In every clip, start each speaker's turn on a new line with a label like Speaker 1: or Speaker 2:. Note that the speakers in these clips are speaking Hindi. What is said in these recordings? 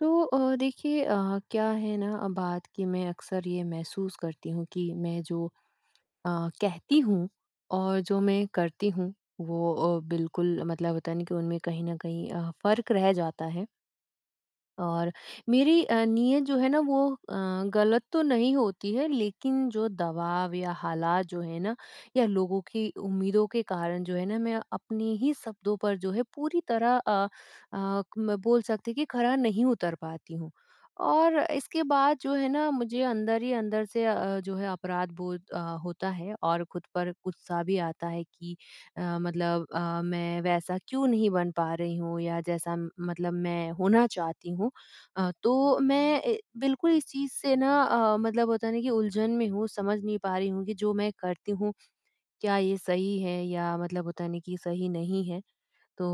Speaker 1: तो देखिए क्या है ना बात कि मैं अक्सर ये महसूस करती हूँ कि मैं जो अ, कहती हूँ और जो मैं करती हूँ वो बिल्कुल मतलब होता है ना कि उनमें कहीं न कहीं फ़र्क रह जाता है। और मेरी नीयत जो है ना वो गलत तो नहीं होती है, लेकिन जो दबाव या हालात जो है ना या लोगों की उम्मीदों के कारण जो है ना मैं अपने ही शब्दों पर जो है पूरी तरह मैं बोल सकती कि खरा नहीं उतर पाती हूँ। और इसके बाद जो है ना मुझे अंदर ही अंदर से जो है अपराध बोध होता है और खुद पर गुस्सा भी आता है कि मतलब मैं वैसा क्यों नहीं बन पा रही हूँ या जैसा मतलब मैं होना चाहती हूँ। तो मैं बिल्कुल इस चीज़ से ना मतलब होता है ना कि उलझन में हूँ, समझ नहीं पा रही हूँ कि जो मैं करती हूँ, क्या ये सही है या मतलब होता है ना कि सही नहीं है। तो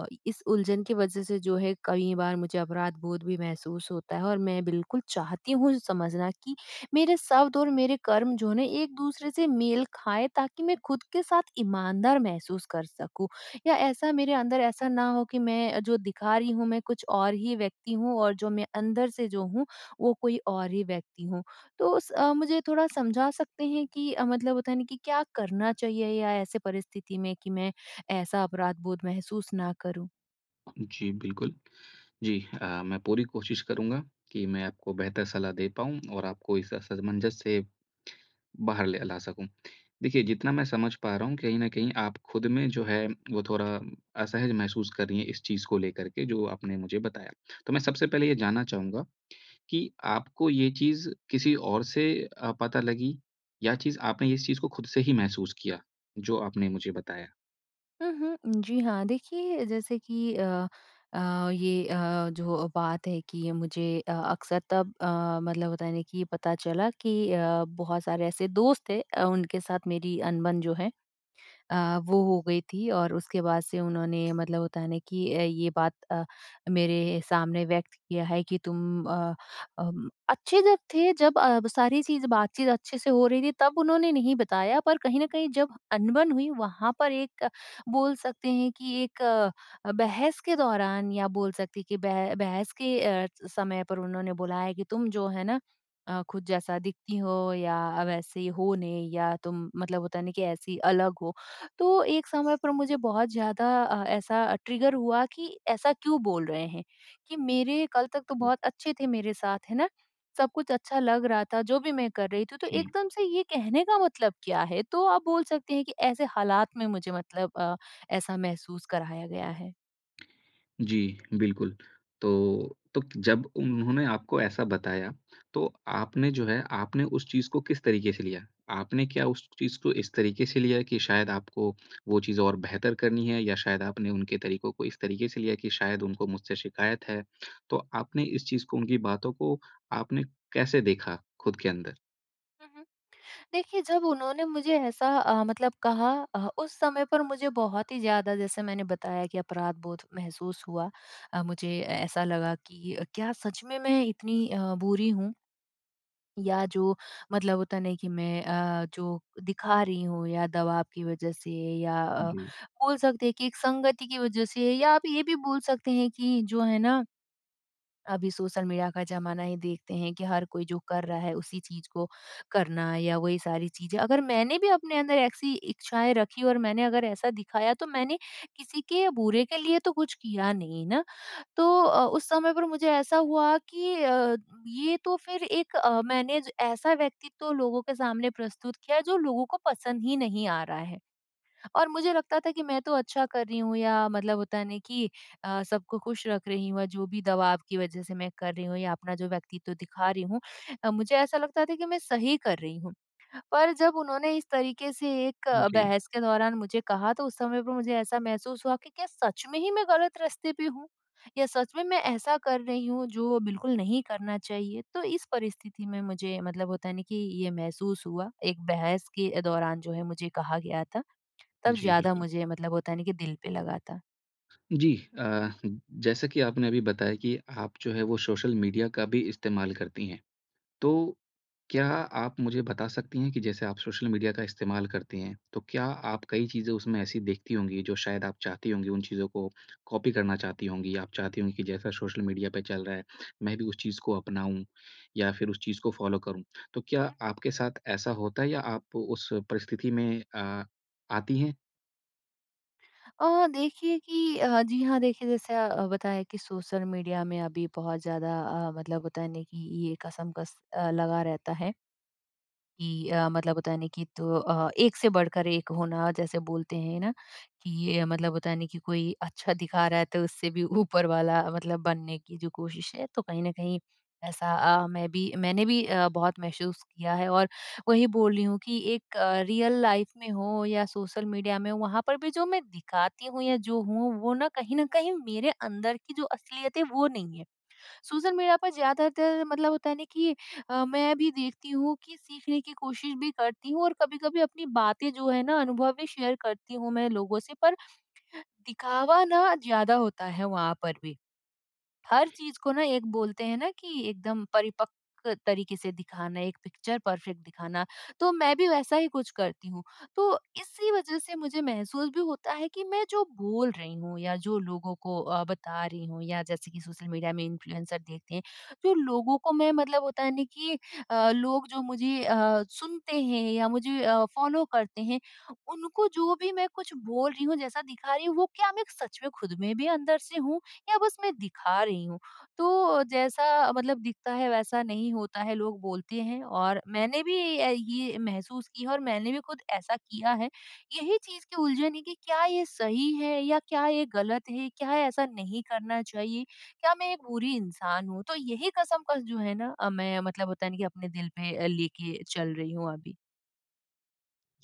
Speaker 1: इस उलझन की वजह से जो है कई बार मुझे अपराध बोध भी महसूस होता है और मैं बिल्कुल चाहती हूँ समझना कि मेरे शब्द और मेरे कर्म जो है ना एक दूसरे से मेल खाए ताकि मैं खुद के साथ ईमानदार महसूस कर सकूं, या ऐसा मेरे अंदर ऐसा ना हो कि मैं जो दिखा रही हूँ मैं कुछ और ही व्यक्ति हूँ और जो मैं अंदर से जो हूँ वो कोई और ही व्यक्ति हूँ। तो मुझे थोड़ा समझा सकते हैं कि मतलब होता है ना कि क्या करना चाहिए या ऐसे परिस्थिति में कि मैं ऐसा अपराध बोध महसूस ना करूँ।
Speaker 2: जी, बिल्कुल। जी, मैं पूरी कोशिश करूँगा कि मैं आपको बेहतर सलाह दे पाऊँ और आपको इस असमंजस से बाहर ले ला सकूँ। देखिए, जितना मैं समझ पा रहा हूँ, कहीं न कहीं आप खुद में जो है, वो थोड़ा असहज महसूस कर रही हैं इस चीज़ को लेकर के, जो आपने मुझे बताया। तो मैं सबसे पहले ये जानना चाहूँगा कि आपको ये चीज़ किसी और से पता लगी या चीज़ आपने इस चीज़ को खुद से ही महसूस किया, जो आपने मुझे बताया?
Speaker 1: हुँ, हुँ। जी हाँ, देखिए जैसे कि ये जो बात है कि ये मुझे अक्सर तब मतलब होता है ना कि ये पता चला कि बहुत सारे ऐसे दोस्त थे, उनके साथ मेरी अनबन जो है वो हो गई थी और उसके बाद से उन्होंने मतलब होता है ना कि ये बात मेरे सामने व्यक्त किया है कि तुम अच्छे जब थे, जब सारी चीज़ बातचीत अच्छे से हो रही थी तब उन्होंने नहीं बताया, पर कहीं न कहीं जब अनबन हुई वहाँ पर एक बोल सकते हैं कि एक बहस के दौरान, या बोल सकते हैं कि बह बहस के समय पर उन्होंने बोला है कि तुम जो है ना खुद जैसा दिखती हो या वैसे हो नहीं, या तुम मतलब होता है ना कि ऐसी अलग हो। तो एक समय पर मुझे बहुत ज़्यादा ऐसा ट्रिगर हुआ कि ऐसा क्यों बोल रहे हैं? कि मेरे कल तक तो बहुत अच्छे थे मेरे साथ, है ना? सब कुछ अच्छा लग रहा था, जो भी मैं कर रही थी, तो
Speaker 2: जी।
Speaker 1: एकदम से ये कहने का मतलब क्या है? तो आप बोल सकते हैं कि ऐसे हालात में मुझे मतलब ऐसा महसूस कराया गया है।
Speaker 2: जी, बिल्कुल। तो जब उन्होंने आपको ऐसा बताया, तो आपने जो है आपने उस चीज़ को किस तरीके से लिया? आपने क्या उस चीज़ को इस तरीके से लिया कि शायद आपको वो चीज़ और बेहतर करनी है या शायद आपने उनके तरीकों को इस तरीके से लिया कि शायद उनको मुझसे शिकायत है? तो आपने इस चीज़ को उनकी बातों को आपने कैसे देखा खुद के अंदर?
Speaker 1: देखिए, जब उन्होंने मुझे ऐसा मतलब कहा, उस समय पर मुझे बहुत ही ज़्यादा, जैसे मैंने बताया, कि अपराध-बोध महसूस हुआ। मुझे ए ऐसा लगा कि क्या सच में मैं इतनी बुरी हूँ? या जो मतलब होता नहीं कि मैं जो दिखा रही हूँ या दबाव की वज़ह से या
Speaker 2: जी,
Speaker 1: बोल सकते हैं कि एक संगति की वज़ह से, या आप ये भी बोल सकते हैं कि जो है ना अभी सोशल मीडिया का ज़माना है, देखते हैं कि हर कोई जो कर रहा है उसी चीज़ को करना या वही सारी चीज़ें, अगर मैंने भी अपने अंदर ऐसी इच्छाएँ रखी और मैंने अगर ऐसा दिखाया तो मैंने किसी के बुरे के लिए तो कुछ किया नहीं ना। तो उस समय पर मुझे ऐसा हुआ कि ये तो फिर एक मैंने ज ऐसा व्यक्तित्व लोगों के सामने प्रस्तुत किया जो लोगों को पसंद ही नहीं आ रहा है। और मुझे लगता था कि मैं तो अच्छा कर रही हूँ, या मतलब होता है ना कि सबको खुश रख रही हूँ या जो भी दबाव की वजह से मैं कर रही हूँ या अपना जो व्यक्तित्व दिखा रही हूँ, मुझे ऐसा लगता था कि मैं सही कर रही हूँ। पर जब उन्होंने इस तरीके से एक
Speaker 2: जी,
Speaker 1: बहस के दौरान मुझे कहा, तो उस समय पर मुझे ऐसा महसूस हुआ कि क्या सच में ही मैं गलत रास्ते पे हूँ, या सच में मैं ऐसा कर रही हूँ जो बिल्कुल नहीं करना चाहिए। तो इस परिस्थिति में मुझे मतलब होता है ना कि ये महसूस हुआ, एक बहस के दौरान जो है मुझे कहा गया था, तब
Speaker 2: जी,
Speaker 1: ज़्यादा
Speaker 2: बिल्कुल।
Speaker 1: मुझे मतलब होता है ना कि दिल पे लगा था।
Speaker 2: जी, जैसा कि आपने अभी बताया कि आप जो है वो सोशल मीडिया का भी इस्तेमाल करती हैं। तो क्या आप मुझे बता सकती हैं कि जैसे आप सोशल मीडिया का इस्तेमाल करती हैं, तो क्या आप कई चीज़ें उसमें ऐसी देखती होंगी जो शायद आप चाहती होंगी उन चीज़ों को कॉपी करना चाहती होंगी? या आप चाहती होंगी कि जैसा सोशल मीडिया पे चल रहा है, मैं भी उस चीज़ को अपनाऊँ या फिर उस चीज़ को फ़ॉलो करूँ। तो क्या आपके साथ ऐसा होता है या आप उस परिस्थिति में आती हैं?
Speaker 1: जी हाँ, देखिए जैसे बताया कि सोशल मीडिया में अभी बहुत ज़्यादा मतलब होता है ना कि ये लगा रहता है। कि मतलब होता है ना कि, तो एक से बढ़कर एक होना, जैसे बोलते हैं ना कि ये मतलब होता है ना कि कोई अच्छा दिखा रहा है तो उससे भी ऊपर वाला मतलब बनने की जो कोशिश है, तो कहीं ना कहीं ऐसा मैंने भी बहुत महसूस किया है। और वही बोल रही हूँ कि एक रियल लाइफ में हो या सोशल मीडिया में हो, वहां पर भी जो मैं दिखाती हूँ या जो हूँ वो ना कहीं मेरे अंदर की जो असलियत है वो नहीं है। सोशल मीडिया पर ज़्यादातर मतलब होता है ना कि मैं भी देखती हूँ कि सीखने की कोशिश भी करती हूँ और कभी-कभी अपनी बातें जो है ना अनुभव भी शेयर करती हूँ मैं लोगों से, पर दिखावा ना ज़्यादा होता है वहाँ पर भी। हर चीज को ना, एक बोलते हैं ना कि एकदम परिपक्व तरीके से दिखाना, एक पिक्चर परफेक्ट दिखाना, तो मैं भी वैसा ही कुछ करती हूँ। तो इसी वजह से मुझे महसूस भी होता है कि मैं जो बोल रही हूँ या जो लोगों को बता रही हूँ, या जैसे कि सोशल मीडिया में इन्फ्लुएंसर देखते हैं, जो लोगों को मैं मतलब होता है ना कि लोग जो मुझे सुनते हैं या मुझे फॉलो करते हैं, उनको जो भी मैं कुछ बोल रही हूँ, जैसा दिखा रही हूँ, वो क्या मैं सच में खुद में भी अंदर से हूँ या बस मैं दिखा रही हूँ। तो जैसा मतलब दिखता है वैसा नहीं होता है, लोग बोलते हैं, और मैंने भी ये महसूस की है और मैंने भी खुद ऐसा किया है। यही चीज़ की उलझन है कि क्या ये सही है या क्या ये गलत है? क्या ऐसा नहीं करना चाहिए? क्या मैं एक बुरी इंसान हूँ? तो यही कशमकश जो है ना मैं मतलब होता है ना कि अपने दिल पे लेके चल रही हूँ अभी।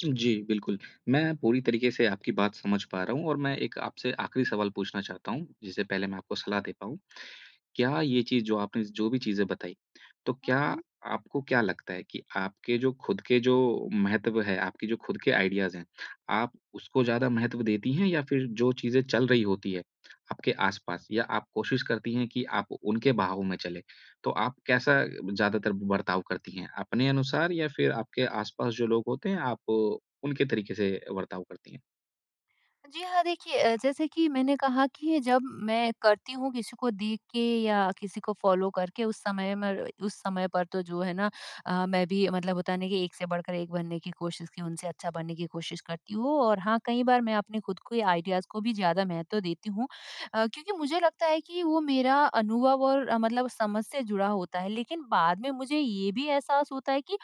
Speaker 2: जी, बिल्कुल। मैं पूरी तरीके से आपकी बात समझ पा रहा हूँ और मैं एक आपसे आखिरी सवाल पूछना चाहता हूँ, जिससे पहले मैं आपको सलाह दे पाऊँ। क्या ये चीज़ जो आपने जो भी चीज़ें बताई, तो क्या
Speaker 1: हुँ, हुँ।
Speaker 2: आपको क्या लगता है कि आपके जो खुद के जो महत्व है, आपके जो खुद के आइडियाज़ हैं, आप उसको ज़्यादा महत्व देती हैं या फिर जो चीज़ें चल रही होती है आपके आस-पास या आप कोशिश करती हैं कि आप उनके बहाव में चलें? तो आप कैसा ज़्यादातर बर्ताव करती हैं, अपने अनुसार या फिर आपके आस-पास जो लोग होते हैं, आप उनके तरीके से बर्ताव करती हैं?
Speaker 1: जी हाँ, देखिए जैसे कि मैंने कहा कि जब मैं करती हूँ किसी को देख के या किसी को फ़ॉलो करके, उस समय पर तो जो है ना मैं भी मतलब होता है ना कि एक से बढ़कर एक बनने की कोशिश की, उनसे अच्छा बनने की कोशिश करती हूँ, और हाँ, कई बार मैं अपने खुद के आइडियाज़ को भी ज़्यादा महत्व देती हूँ। क्योंकि मुझे लगता है कि वो मेरा अनुभव और मतलब समझ से जुड़ा होता है, लेकिन बाद में मुझे ये भी एहसास होता है कि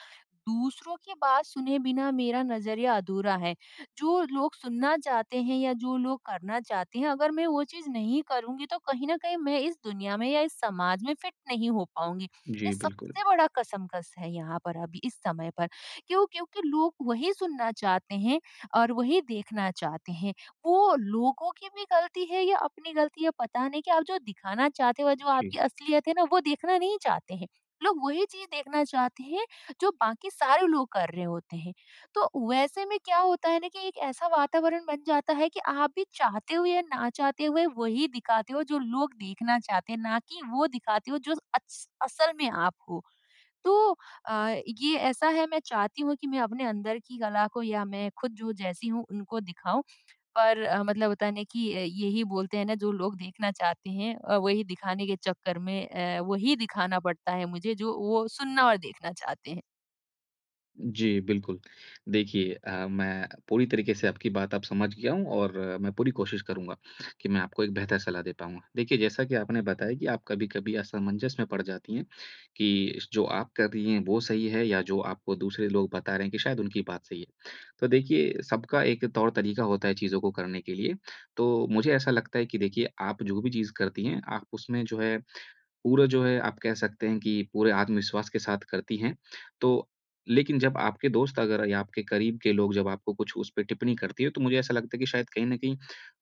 Speaker 1: दूसरों की बात सुने बिना मेरा नज़रिया अधूरा है। जो लोग सुनना चाहते हैं या जो लोग करना चाहते हैं, अगर मैं वो चीज़ नहीं करूँगी तो कहीं न कहीं मैं इस दुनिया में या इस समाज में फिट नहीं हो पाऊँगी। ये
Speaker 2: जी, बिल्कुल।
Speaker 1: सबसे बड़ा कसमकस है यहाँ पर, अभी इस समय पर। क्यों? क्योंकि लोग वही सुनना चाहते हैं और वही देखना चाहते हैं। वो लोगों की भी गलती है या अपनी गलती है, पता नहीं, कि आप जो दिखाना चाहते हो, जो
Speaker 2: जी।
Speaker 1: आपकी असलियत है ना, वो देखना नहीं चाहते हैं। लोग वही चीज़ देखना चाहते हैं जो बाकी सारे लोग कर रहे होते हैं। तो वैसे में क्या होता है ना कि एक ऐसा वातावरण बन जाता है कि आप भी चाहते हुए या ना चाहते हुए वही दिखाते हो जो लोग देखना चाहते हैं, ना कि वो दिखाते हो जो असल में आप हो। तो अ, ये ऐसा है, मैं चाहती हूँ कि मैं अपने अंदर की कला को या मैं खुद जो जैसी हूँ उनको दिखाऊं, पर मतलब होता है ना कि यही बोलते हैं ना, जो लोग देखना चाहते हैं वही दिखाने के चक्कर में वही दिखाना पड़ता है मुझे, जो वो सुनना और देखना चाहते हैं।
Speaker 2: जी, बिल्कुल। देखिए, मैं पूरी तरीके से आपकी बात अब समझ गया हूँ और मैं पूरी कोशिश करूँगा कि मैं आपको एक बेहतर सलाह दे पाऊँगा। देखिए, जैसा कि आपने बताया कि आप कभी-कभी असमंजस में पड़ जाती हैं कि जो आप कर रही हैं, वो सही है या जो आपको दूसरे लोग बता रहे हैं कि शायद उनकी बात सही है। तो देखिए, सबका एक तौर-तरीका होता है चीज़ों को करने के लिए। तो मुझे ऐसा लगता है कि देखिए, आप जो भी चीज़ करती हैं, आप उसमें जो है पूरा जो है आप कह सकते हैं कि पूरे आत्मविश्वास के साथ करती हैं। तो लेकिन जब आपके दोस्त अगर या आपके करीब के लोग जब आपको कुछ उस पे टिप्पणी करती है, तो मुझे ऐसा लगता है कि शायद कहीं न कहीं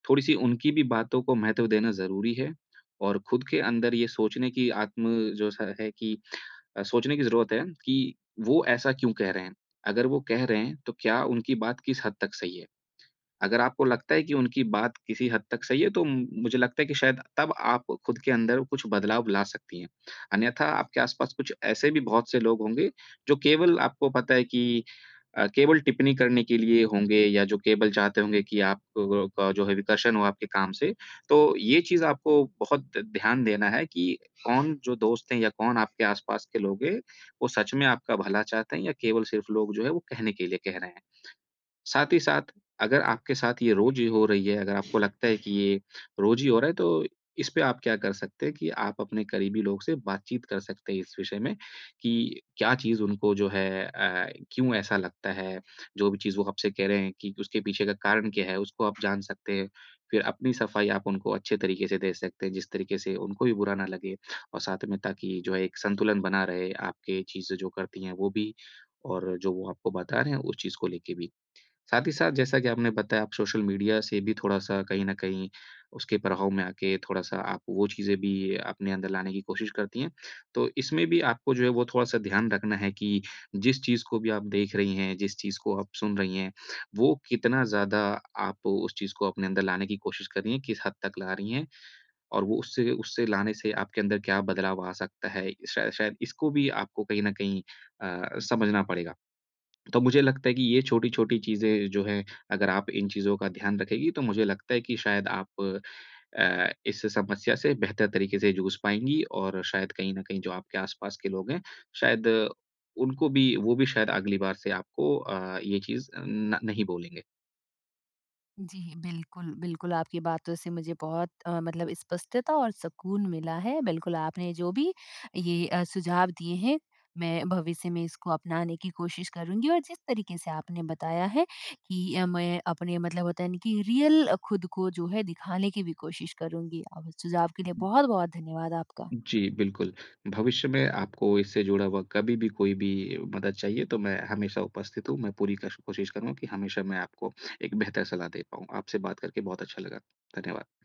Speaker 2: थोड़ी-सी उनकी भी बातों को महत्व देना ज़रूरी है और खुद के अंदर ये सोचने की आत्म जो स है कि अ, सोचने की ज़रूरत है कि वो ऐसा क्यों कह रहे हैं? अगर वो कह रहे हैं, तो क्या उनकी बात किस हद तक सही है? अगर आपको लगता है कि उनकी बात किसी हद तक सही है, तो मुझे लगता है कि शायद तब आप खुद के अंदर कुछ बदलाव ला सकती हैं। अन्यथा आपके आसपास कुछ ऐसे भी बहुत से लोग होंगे, जो केवल आपको पता है कि केवल टिप्पणी करने के लिए होंगे या जो केवल चाहते होंगे कि आप क का जो है विकर्षण हो आपके काम से। तो ये चीज़ आपको बहुत ध्यान देना है कि कौन जो दोस्त हैं या कौन आपके आसपास के लोग हैं, वो सच में आपका भला चाहते हैं या केवल सिर्फ़ लोग जो है वो कहने के लिए कह रहे हैं। साथ ही साथ अगर आपके साथ ये रोज़ ही हो रही है, अगर आपको लगता है कि ये रोज़ ही हो रहा है, तो इस पे आप क्या कर सकते हैं कि आप अपने करीबी लोग से बातचीत कर सकते हैं इस विषय में कि क्या चीज़ उनको जो है, क्यों ऐसा लगता है? जो भी चीज़ वो आपसे कह रहे हैं कि उसके पीछे का कारण क्या है, उसको आप जान सकते हैं। फिर अपनी सफाई आप उनको अच्छे तरीके से दे सकते हैं, जिस तरीके से उनको भी बुरा ना लगे और साथ में ताकि जो है एक संतुलन बना रहे, आपके चीज़ें जो करती हैं वो भी और जो वो आपको बता रहे हैं, उस चीज़ को लेके भी। साथ ही साथ जैसा कि आपने बताया आप सोशल मीडिया से भी थोड़ा-सा कहीं न कहीं उसके प्रभाव में आके थोड़ा-सा आप वो चीज़ें भी अपने अंदर लाने की कोशिश करती हैं। तो इसमें भी आपको जो है वो थोड़ा-सा ध्यान रखना है कि जिस चीज़ को भी आप देख रही हैं, जिस चीज़ को आप सुन रही हैं, वो कितना ज़्यादा आप उस चीज़ को अपने अंदर लाने की कोशिश कर रही हैं, किस हद तक ला रही हैं और वो उससे उससे लाने से आपके अंदर क्या बदलाव आ सकता है? शायद शायद इसको भी आपको कहीं न कहीं समझना पड़ेगा। तो मुझे लगता है कि ये छोटी-छोटी चीज़ें जो हैं, अगर आप इन चीज़ों का ध्यान रखेंगी, तो मुझे लगता है कि शायद आप इस समस्या से बेहतर तरीके से जूझ पाएँगी और शायद कहीं न कहीं जो आपके आस-पास के लोग हैं, शायद उनको भी वो भी शायद अगली बार से आपको ये चीज़ न नहीं बोलेंगे।
Speaker 1: जी, बिल्कुल, बिल्कुल, आपकी बातों से मुझे बहुत मतलब स्पष्टता और सुकून मिला है। बिल्कुल, आपने जो भी ये सुझाव दिए हैं, मैं भविष्य में इसको अपनाने की कोशिश करूँगी, और जिस तरीके से आपने बताया है कि मैं अपने मतलब होता है ना कि रियल खुद को जो है दिखाने की भी कोशिश करूँगी। और सुझाव के लिए बहुत-बहुत धन्यवाद आपका।
Speaker 2: जी, बिल्कुल। भविष्य में आपको इससे जुड़ा हुआ कभी भी कोई भी मदद चाहिए, तो मैं हमेशा उपस्थित हूँ। मैं पूरी कश कोशिश करूँगा कि हमेशा मैं आपको एक बेहतर सलाह दे पाऊँ। आपसे बात करके बहुत अच्छा लगा। धन्यवाद।